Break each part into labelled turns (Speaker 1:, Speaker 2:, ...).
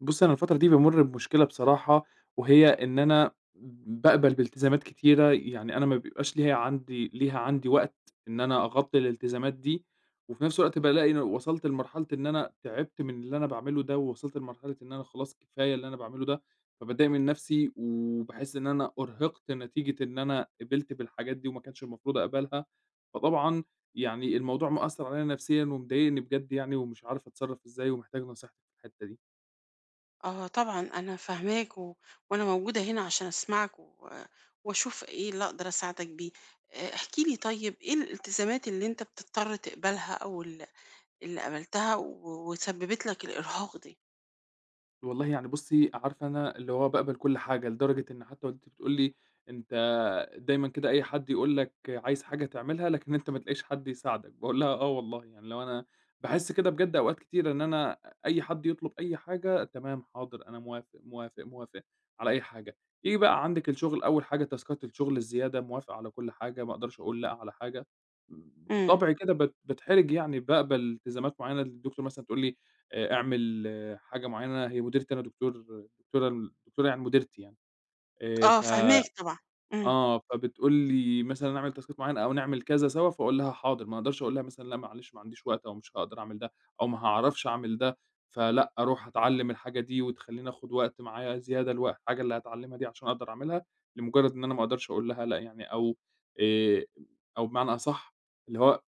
Speaker 1: بُصّي، أنا الفترة دي بامُر بمشكلة بصراحة، وهي إن أنا باقبل بالتزامات كتيرة، يعني أنا ما بيبقاش ليها عندي وقت إن أنا أغطي الالتزامات دي، وفي نفس الوقت بالاقي إن وصلت لمرحلة إن أنا تعبت من اللي أنا باعمله ده، ووصلت لمرحلة إن أنا خلاص كفاية اللي أنا باعمله ده، فباتضايق من نفسي، وباحس إن أنا أُرهقت نتيجة إن أنا قبلت بالحاجات دي وما كانش المفروض أقبلها، فطبعًا يعني الموضوع مأثّر عليَّ نفسيًا ومضايقني بجد يعني، ومش عارف أتصرّف إزاي، ومحتاج نصيحتِك في الحتة دي.
Speaker 2: اه طبعا انا فاهماك وانا موجودة هنا عشان اسمعك واشوف ايه اللي اقدر اساعدك بيه. آه، احكي لي طيب ايه الالتزامات اللي انت بتضطر تقبلها او اللي قبلتها وسببت لك الارهاق دي.
Speaker 1: والله يعني بُصّي، عارفة أنا اللي هو باقبل كل حاجة، لدرجة إن حتى والدتي بتقول لي: "أنت دايمًا كده أي حد يقول لك عايز حاجة تعملها، لكن أنت ما تلاقيش حد يساعدك." باقول لها: "آه والله." يعني لو أنا باحس كده بجد أوقات كتيرة إن أنا أي حد يطلب أي حاجة، تمام، حاضر، أنا موافق، موافق، موافق على أي حاجة. ييجي بقى عندِك الشغل، أول حاجة تاسكات الشغل الزيادة، موافق على كل حاجة، ما أقدرش أقول لأ على حاجة.
Speaker 2: امم
Speaker 1: بطبعي كده باتحرج يعني، باقبل التزامات معينة، الدكتور مثلًا تقول لي: "اعمل" حاجة معيّنة، هي مديرتي. أنا دكتور دكتورة الدكتورة يعني مديرتي يعني
Speaker 2: اه
Speaker 1: ف
Speaker 2: فاهماك طبعا. امم
Speaker 1: آه، فبتقول لي مثلًا نعمل تاسكات معيّنة أو نعمل كذا سوا، فاقول لها حاضر، ما اقدرش اقول لها مثلًا لأ معلش ما عنديش وقت أو مش هاقدر اعمل ده أو ما هاعرفش اعمل ده، فلأ أروح اتعلم الحاجة دي وتخلّيني اخد وقت معايا زيادة الحاجة اللي هاتعلمها دي عشان اقدر اعملها، لمجرد إن أنا ما اقدرش اقول لها لأ يعني أو آآ، أو بمعنى أصح اللي هو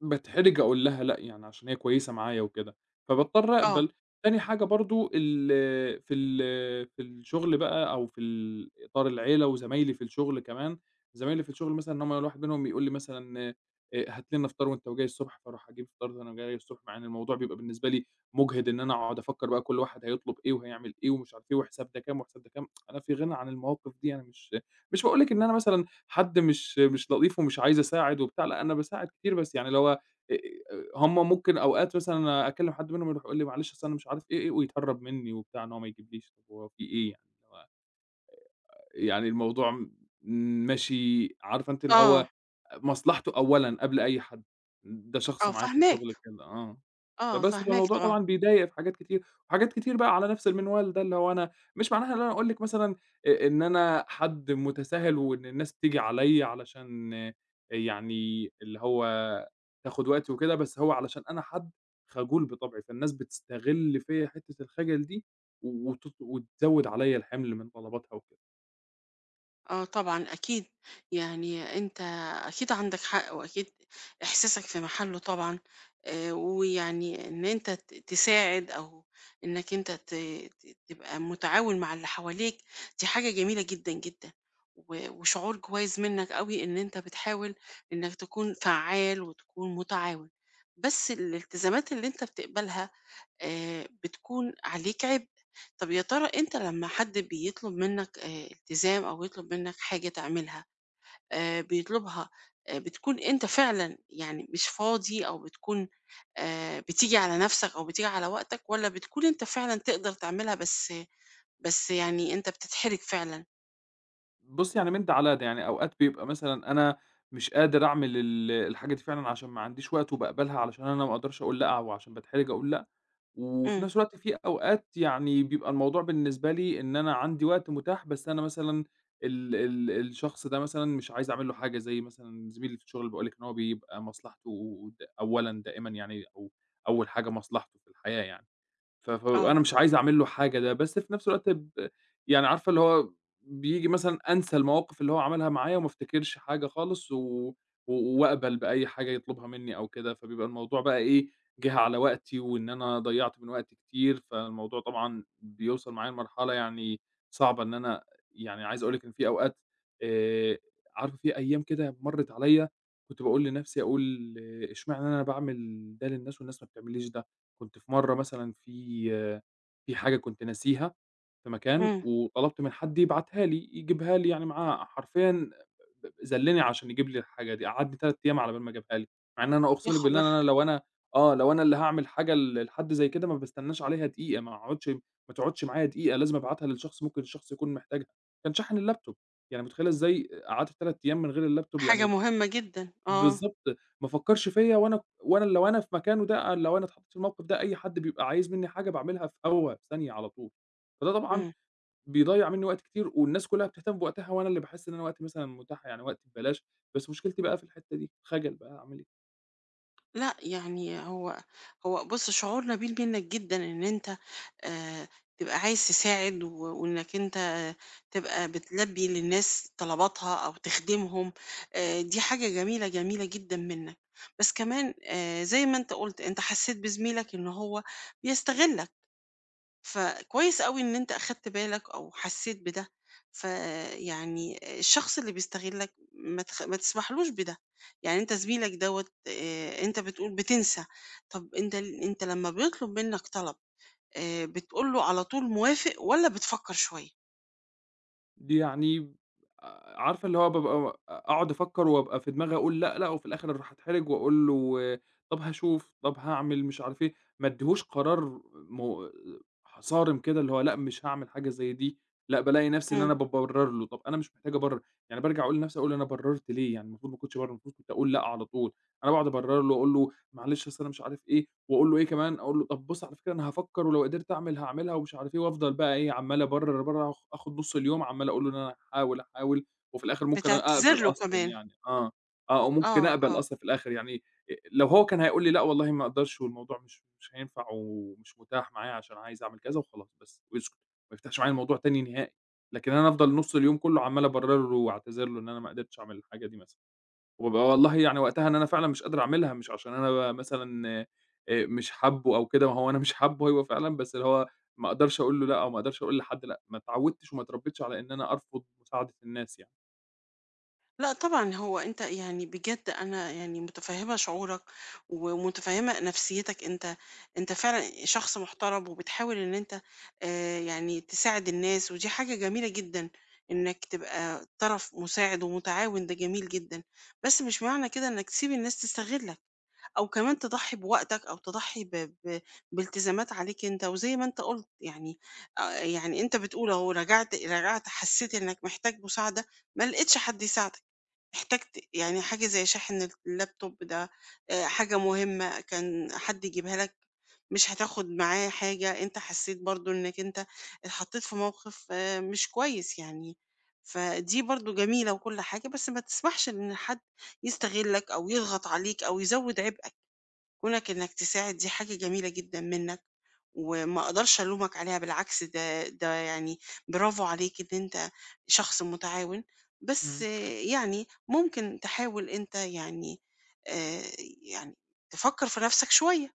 Speaker 1: باتحرج أقول لها لأ، يعني عشان هي كويسة معايا وكده، فباضطر
Speaker 2: اه.
Speaker 1: أقبل. تاني حاجة برضه ال في ال في الشغل بقى أو في ال إطار العيلة وزمايلي في الشغل كمان، زمايلي في الشغل مثلًا إن هم الواحد منهم يقول لي مثلًا "هات لنا فطار وأنت جاي الصبح." فاروح أجيب فطار وأنا جاي الصبح، مع إن الموضوع بيبقى بالنسبة لي مُجهِد إن أنا أقعد أفكّر بقى كل واحد هيطلب إيه وهيعمل إيه ومش عارف إيه وحساب ده كام وحساب ده كام، أنا في غنى عن المواقف دي. أنا مش باقول لِك إن أنا مثلًا حد مش لطيف ومش عايز أساعد وبتاع، لأ أنا باساعد كتير، بس يعني اللي هو آآ هُم ممكن أوقات مثلًا أكلم حد منهم يروح يقول لي: "معلش أصل أنا مش عارف إيه، إيه" ويتهرب منّي وبتاع إن هو ما يجيبليش، طب هو في إيه يعني؟ اللي هو يعني الموضوع م ماشي، عارفة أنتِ اللي
Speaker 2: اه.
Speaker 1: هو مصلحته أولًا قبل أي حد، ده شخص
Speaker 2: اه
Speaker 1: معايا في
Speaker 2: فاهماك.
Speaker 1: الشغل كده، آه.
Speaker 2: اه
Speaker 1: فبس،
Speaker 2: فاهماك
Speaker 1: فالموضوع
Speaker 2: طبعا.
Speaker 1: طبعًا بيضايق في حاجات كتير، وحاجات كتير بقى على نفس المنوال ده، اللي هو أنا مش معناها إن أنا أقول لِك مثلًا إن أنا حد متساهل وإن الناس بتيجي عليّا علشان يعني اللي هو تاخد وقتي وكده، بس هو علشان أنا حد خجول بطبعي، فالناس بتستغل فيّا حتّة الخجل دي و وت وتزوّد عليّا الحمل من طلباتها وكده.
Speaker 2: آه طبعًا أكيد، يعني أنت أكيد عندك حق، وأكيد إحساسك في محله طبعًا، ويعني إن أنت تساعد أو إنك أنت ت ت تبقى متعاون مع اللي حواليك، دي حاجة جميلة جدًا، جدًا، وشعور كويس منك أوي إن أنت بتحاول إنك تكون فعّال وتكون متعاون، بس الالتزامات اللي أنت بتقبلها بتكون عليك عبء. طَب يا ترى أنت لمّا حد بيطلب منّك التزام أو يطلب منّك حاجة تعملها، بيطلبها، بتكون أنت فعلًا يعني مش فاضي أو بتكون بتيجي على نَفْسك أو بتيجي على وقتك والّا بتكون أنت فعلًا تقدر تعملها بس يعني أنت بتتحرج فعلًا؟
Speaker 1: بُصّي، يعني من ده على ده، يعني أوقات بيبقى مثلًا أنا مش قادر أعمل الحاجة دي فعلًا عشان ما عنديش وقت وباقبلها علشان أنا ما اقدرش أقول لأ، أو عشان باتحرج أقول لأ، وفي
Speaker 2: إمم.
Speaker 1: نفس الوقت في أوقات يعني بيبقى الموضوع بالنسبة لي إن أنا عندي وقت متاح، بس أنا مثلًا ال ال الشخص ده مثلًا مش عايز أعمل له حاجة، زي مثلًا زميلي في الشغل اللي باقول لِك إن هو بيبقى مصلحته أولًا دائمًا يعني، أو أول حاجة مصلحته في الحياة يعني.
Speaker 2: آه.
Speaker 1: فأنا مش عايز أعمل له حاجة ده، بس في نفس الوقت يعني عارفة اللي هو بييجي مثلًا أنسى المواقف اللي هو عملها معايا وما أفتكرش حاجة خالص و و وأقبل بأي حاجة يطلبها منّي أو كده، فبيبقى الموضوع بقى إيه، جِه على وقتي وإن أنا ضيّعت من وقتي كتير، فالموضوع طبعًا بيوصل معايا لمرحلة يعني صعبة إن أنا يعني عايز أقول لِك إن في أوقات آآ عارفة في أيام كده مرّت عليّا كنت باقول لنفسي أقول آه، إشمعنى أنا باعمل ده للناس والناس ما بتعمليش ده؟ كنت في مرّة مثلًا في حاجة كنت ناسيها في مكان،
Speaker 2: إمم.
Speaker 1: وطلبت من حد يبعتها لي، يجيبها لي يعني معاه حرفيًا ب ب ذلّني عشان يجيب لي الحاجة دي، قعدني 3 أيام على بال ما جابها لي، مع إن أنا
Speaker 2: يا
Speaker 1: أقسم لِك بالله إن
Speaker 2: خبر!
Speaker 1: أنا لو أنا آه، لو أنا اللي هاعمل حاجة لحد زي كده ما باستناش عليها دقيقة، ما تقعدش معايا دقيقة، لازم ابعتها للشخص ممكن الشخص يكون محتاجها، كان شاحن اللاب توب، يعني متخيلة إزاي قعدت 3 أيام من غير اللاب توب
Speaker 2: حاجة
Speaker 1: يعني.
Speaker 2: مهمة جدًا. آه.
Speaker 1: بالضبط، ما فكّرش فيّا وأنا وأنا لو أنا في مكانه ده لو أنا اتحطّيت في الموقف ده أي حد بيبقى عايز منّي حاجة باعملها في ثانية على طول، فده طبعًا
Speaker 2: إمم.
Speaker 1: بيضيّع منّي وقت كتير والناس كلّها بتهتم بوقتها وأنا اللي باحس إن أنا وقتي مثلًا متاح يعني وقتي ببلاش، بس مشكلتي بقى في الحتّة دي، خجل بقى أعمل إيه؟
Speaker 2: لأ، يعني هو بُص شعور نبيل منّك جدًا إن أنت آآ تبقى عايز تساعد وإنّك أنت تبقى بتلبّي للناس طلباتها أو تخدمهم، دي حاجة جميلة، جميلة جدًا منّك، بس كمان زي ما أنت قُلت، أنت حسّيت بزميلك إن هو بيستغلّك. فكويس أوي إن أنت أخدت بالك أو حسيت بده، فيعني الشخص اللي بيستغلك ما تسمحلوش بده، يعني أنت زميلك دوّة أنت بتقول بتنسى، طب أنت أنت لما بيطلب منك طلب بتقول له على طول موافق والّا بتفكر شوية؟
Speaker 1: يعني عارفة اللي هو بابقى أقعد أفكّر وأبقى في دماغي أقول لأ، لأ، وفي الآخر أروح أتحرج وأقول له طَب هاشوف، طَب هاعمل، مش عارف إيه، ما ادّيهوش قرار مو ح صارم كده اللي هو لأ، مش هاعمل حاجة زي دي، لأ، بالاقي نَفْسي إن
Speaker 2: إمم،
Speaker 1: أنا بابرّر له، طَب أنا مش محتاج أبرّر، يعني بارجع أقول لنَفْسي أقول أنا برّرت ليه، يعني المفروض ما كنتش أبرّر، المفروض كنت أقول لأ على طول، أنا باقعد أبرّر له وأقول له معلش أصل أنا مش عارف إيه، وأقول له إيه كمان، أقول له طب بُص على فكرة أنا هافكّر ولو قدرت أعمل هاعملها ومش عارف إيه، وأفضل بقى إيه عمّال أبرر، أبرر آخد نُص اليوم عمّال أقول له إن أنا هاحاول، هاحاول، وفي الآخر ممكن
Speaker 2: بتعتذر
Speaker 1: أقبل
Speaker 2: له
Speaker 1: أصلًا
Speaker 2: كمان،
Speaker 1: يعني آه، آه وممكن
Speaker 2: آه،
Speaker 1: أقبل
Speaker 2: آه.
Speaker 1: أصلًا في الآخر يعني. لو هو كان هيقول لي لأ والله ما أقدرش والموضوع مش هينفع ومش متاح معايا عشان عايز أعمل كذا وخلاص بس ويسكت، ما يفتحش معايا الموضوع تاني نهائي، لكن أنا أفضل نُص اليوم كلّه عمّال أبرر له واعتذر له إن أنا ما قدرتش أعمل الحاجة دي مثلًا. وبابقى والله يعني وقتها إن أنا فعلًا مش قادر أعملها، مش عشان أنا بقى مثلًا مش حابُّه أو كده، ما هو أنا مش حابُّه أيوه فعلًا، بس اللي هو ما أقدرش أقول له لأ أو ما أقدرش أقول لحد لأ، ما اتعوّدتش وما اتربّيتش على إن أنا أرفض مساعدة الناس يعني.
Speaker 2: لأ طبعًا، هو أنت يعني بجد أنا يعني متفهّمة شعورك ومتفهّمة نفسيتك أنت، أنت فعلًا شخص محترم وبتحاول إن أنت يعني تساعد الناس، ودي حاجة جميلة جدًا إنك تبقى طرف مساعد ومتعاون، ده جميل جدًا، بس مش معنى كده إنك تسيب الناس تستغلّك، أو كمان تضحّي بوقتك أو تضحّي ب ب بالتزامات عليك أنت، وزي ما أنت قُلت يعني يعني أنت بتقول أهو رجعت حسّيت إنك محتاج مساعدة، ما لقيتش حد يساعدك. احتجت يعني حاجة زي شاحن اللابتوب ده، آه، حاجة مهمة كان حد يجيبها لك مش هتاخد معاه حاجة، انت حسيت برضو انك اتحطيت في موقف، آه، مش كويس يعني. فدي برضو جميلة وكل حاجة بس ما تسمحش ان حد يستغلك او يضغط عليك او يزود عبء. كونك إنك تساعد دي حاجة جميلة جدًا منّك، وما أقدرش ألومك عليها بالعكس، ده يعني برافو عليك إن أنت شخص متعاون، بس
Speaker 1: إمم.
Speaker 2: يعني ممكن تحاول أنت يعني آآ يعني تفكّر في نَفْسك شوية،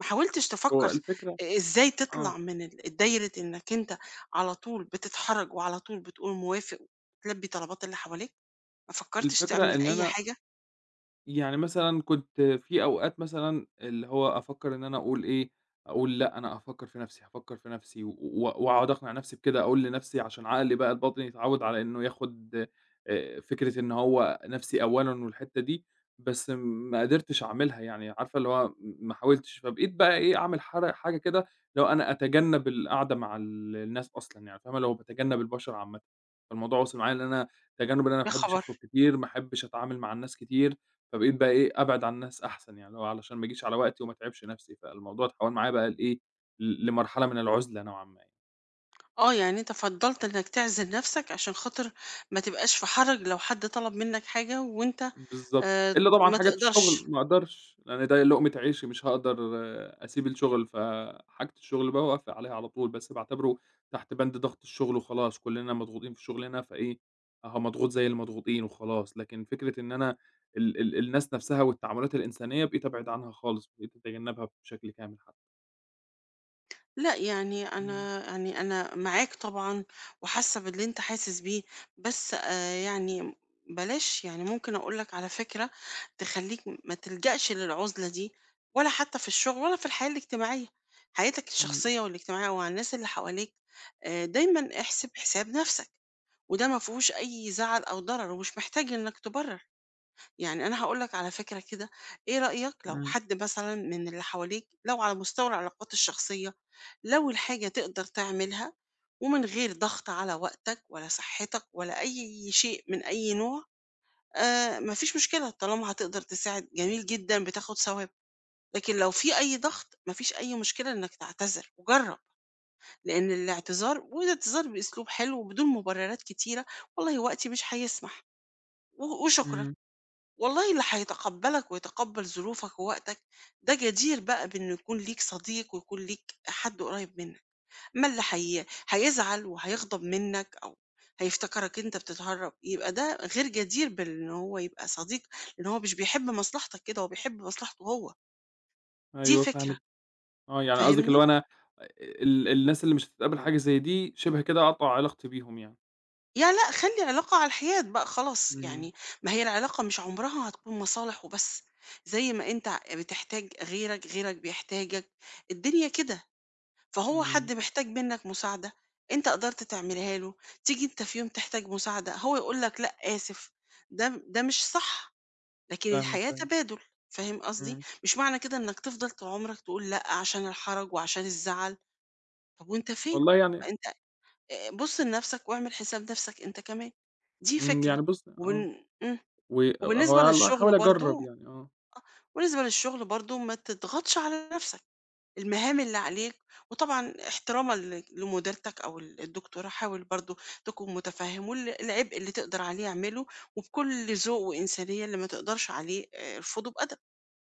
Speaker 2: ما حاولتش
Speaker 1: هو
Speaker 2: تفكّر
Speaker 1: الفكرة
Speaker 2: إزاي
Speaker 1: آه،
Speaker 2: تطلع من ال دايرة إنك أنت على طول بتتحرج وعلى طول بتقول موافق وتلبّي طلبات اللي حواليك، ما فكّرتش
Speaker 1: الفكرة
Speaker 2: تعمل
Speaker 1: إن
Speaker 2: أي
Speaker 1: أنا
Speaker 2: حاجة؟
Speaker 1: يعني مثلًا كنت في أوقات مثلًا اللي هو أفكّر إن أنا أقول إيه، أقول لأ، أنا هافكّر في نَفْسي، هافكّر في نَفْسي، وأقعد أقنع نَفْسي بكده، أقول لنَفْسي عشان عقلي بقى الباطن يتعوّد على إنه ياخُد فكرة إن هو نَفْسي أولًا والحتّة دي، بس م- ما قدرتش أعملها يعني عارفة اللي هو ما حاولتش، فبقيت بقى إيه، أعمل حاجة كده اللي هو أنا أتجنّب القعدة مع الناس أصلًا يعني فاهمة، اللي هو باتجنّب البشر عامةً. الموضوع وصل معايا إن أنا تجنُّب إن أنا ما
Speaker 2: يا
Speaker 1: باحبش
Speaker 2: خبر!
Speaker 1: أخرج كتير، ما احبش أتعامل مع الناس كتير، فبقيت بقى إيه، أبعد عن الناس أحسن، يعني اللي هو علشان ما اجيش على وقتي وما اتعبش نَفْسي، فالموضوع اتحوّل معايا بقى لإيه، لمرحلة من العُزلة نوعًا ما.
Speaker 2: آه، يعني أنت فضّلت إنك تعزل نَفْسك عشان خاطر ما تبقاش في حَرَج لو حد طلب منّك حاجة وأنت
Speaker 1: بالضبط، إلا طبعًا
Speaker 2: ما
Speaker 1: حاجات
Speaker 2: تقدرش.
Speaker 1: الشغل ما أقدرش، لإن ده لقمة عيشي مش هاقدر أسيب الشغل، فحاجة الشغل بقى باوافق عليها على طول، بس باعتبره تحت بند ضغط الشغل وخلاص، كلّنا مضغوطين في شغلنا فإيه، أهو مضغوط زي المضغوطين وخلاص، لكن فكرة إن أنا ال ال الناس نفسها والتعاملات الإنسانية بقيت أبعد عنها خالص، بقيت أتجنبها بشكل كامل حتى.
Speaker 2: لأ، يعني
Speaker 1: إمم،
Speaker 2: أنا يعني أنا معاك طبعًا وحاسّة باللي أنت حاسس بيه، بس يعني بلاش يعني ممكن أقول لك على فكرة تخلّيك ما تلجأش للعُزلة دي ولا حتّى في الشُغل ولا في الحياة الاجتماعية. حياتك
Speaker 1: إمم،
Speaker 2: الشخصية والاجتماعية ومع الناس اللي حواليك، دايمًا احسب حساب نَفْسك. وده ما فيهوش أي زعل أو ضرر ومش محتاج إنك تبرر، يعني أنا هاقول لك على فكرة كده، إيه رأيك لو
Speaker 1: إمم،
Speaker 2: حد مثلًا من اللي حواليك لو على مستوى العلاقات الشخصية، لو الحاجة تقدر تعملها ومن غير ضغط على وقتك ولا صحتك ولا أي شيء من أي نوع، ما فيش مشكلة طالما هتقدر تساعد جميل جدًا بتاخد ثواب، لكن لو في أي ضغط ما فيش أي مشكلة إنك تعتذر وجرّب، لإن الاعتذار والاعتذار بأسلوب حلو وبدون مبررات كتيرة، والله وقتي مش هيسمح. وشكرًا.
Speaker 1: إمم.
Speaker 2: والله اللي هيتقبّلك ويتقبّل ظروفك ووقتك، ده جدير بقى بإنه يكون ليك صديق ويكون ليك حد قريّب منّك، أمّا اللي هي هيزعل وهيغضب منّك أو هيفتكرك أنت بتتهرّب، يبقى ده غير جدير بإن هو يبقى صديق، لإن هو مش بيحب مصلحتك كده، هو بيحب مصلحته هو، دي
Speaker 1: أيوه
Speaker 2: فكرة،
Speaker 1: فاهمِك، آه يعني قصدِك اللي
Speaker 2: فاهمني؟
Speaker 1: هو أنا الناس اللي مش هتتقبل حاجة زي دي شبه كده أقطع علاقتي بيهم يعني.
Speaker 2: يا لأ، خلّي علاقة على الحياد بقى خلاص،
Speaker 1: إمم.
Speaker 2: يعني ما هي العلاقة مش عمرها هتكون مصالح وبس، زي ما أنت بتحتاج غيرك، غيرك بيحتاجك، الدنيا كده، فهو
Speaker 1: إمم،
Speaker 2: حد محتاج منك مساعدة، أنت قدرت تعملها له، تيجي أنت في يوم تحتاج مساعدة، هو يقول لك لأ، آسف، ده مش صح، لكن
Speaker 1: فاهمِك
Speaker 2: الحياة
Speaker 1: أيوه،
Speaker 2: تبادل، فاهم قصدي؟
Speaker 1: إمم،
Speaker 2: مش معنى كده إنك تفضل طول عمرك تقول لأ، عشان الحرج وعشان الزعل، طب وأنت فين؟
Speaker 1: والله يعني
Speaker 2: أنت بُص لنفسك واعمل حساب نفسك أنت كمان، دي
Speaker 1: إمم،
Speaker 2: فكرة.
Speaker 1: يعني بُصّي آه،
Speaker 2: إمم.
Speaker 1: آه، هو
Speaker 2: وبالنسبة
Speaker 1: والله
Speaker 2: للشغل
Speaker 1: هاحاول أجرّب
Speaker 2: برضه،
Speaker 1: يعني، آه.
Speaker 2: بالنسبة للشغل برضه ما تضغطش على نفسك، المهام اللي عليك وطبعًا احترامًا لمديرتك أو الدكتورة حاول برضه تكون متفهم العبء اللي تقدر عليه اعمله، وبكل ذوق وإنسانية، اللي ما تقدرش عليه ارفضه بأدب،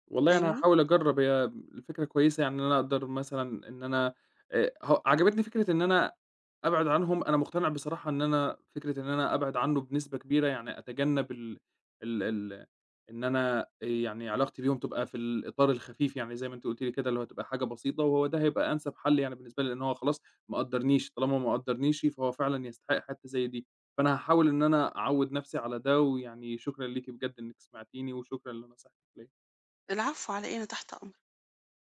Speaker 1: والله أنا
Speaker 2: فاهمني؟
Speaker 1: هاحاول أجرّب، هي الفكرة كويسة يعني إن أنا أقدر مثلًا إن أنا ه عجبتني فكرة إن أنا أبعد عنهم، أنا مقتنع بصراحة إن أنا فكرة إن أنا أبعد عنه بنسبة كبيرة، يعني أتجنّب ال ال ال إن أنا يعني علاقتي بيهم تبقى في الإطار الخفيف، يعني زي ما أنتِ قُلتِ لي كده، اللي هو تبقى حاجة بسيطة، وهو ده هيبقى أنسب حل يعني بالنسبة لي، لإن هو خلاص ما قدّرنيش، طالما ما قدّرنيش فهو فعلًا يستحق حتّة زي دي، فأنا هاحاول إن أنا أعوّد نَفْسي على ده، ويعني شكرًا ليكِ بجد إنِّك سمعتيني، وشكرًا لنصيحتِك ليّا.
Speaker 2: العفو على إيه، أنا تحت أمرك.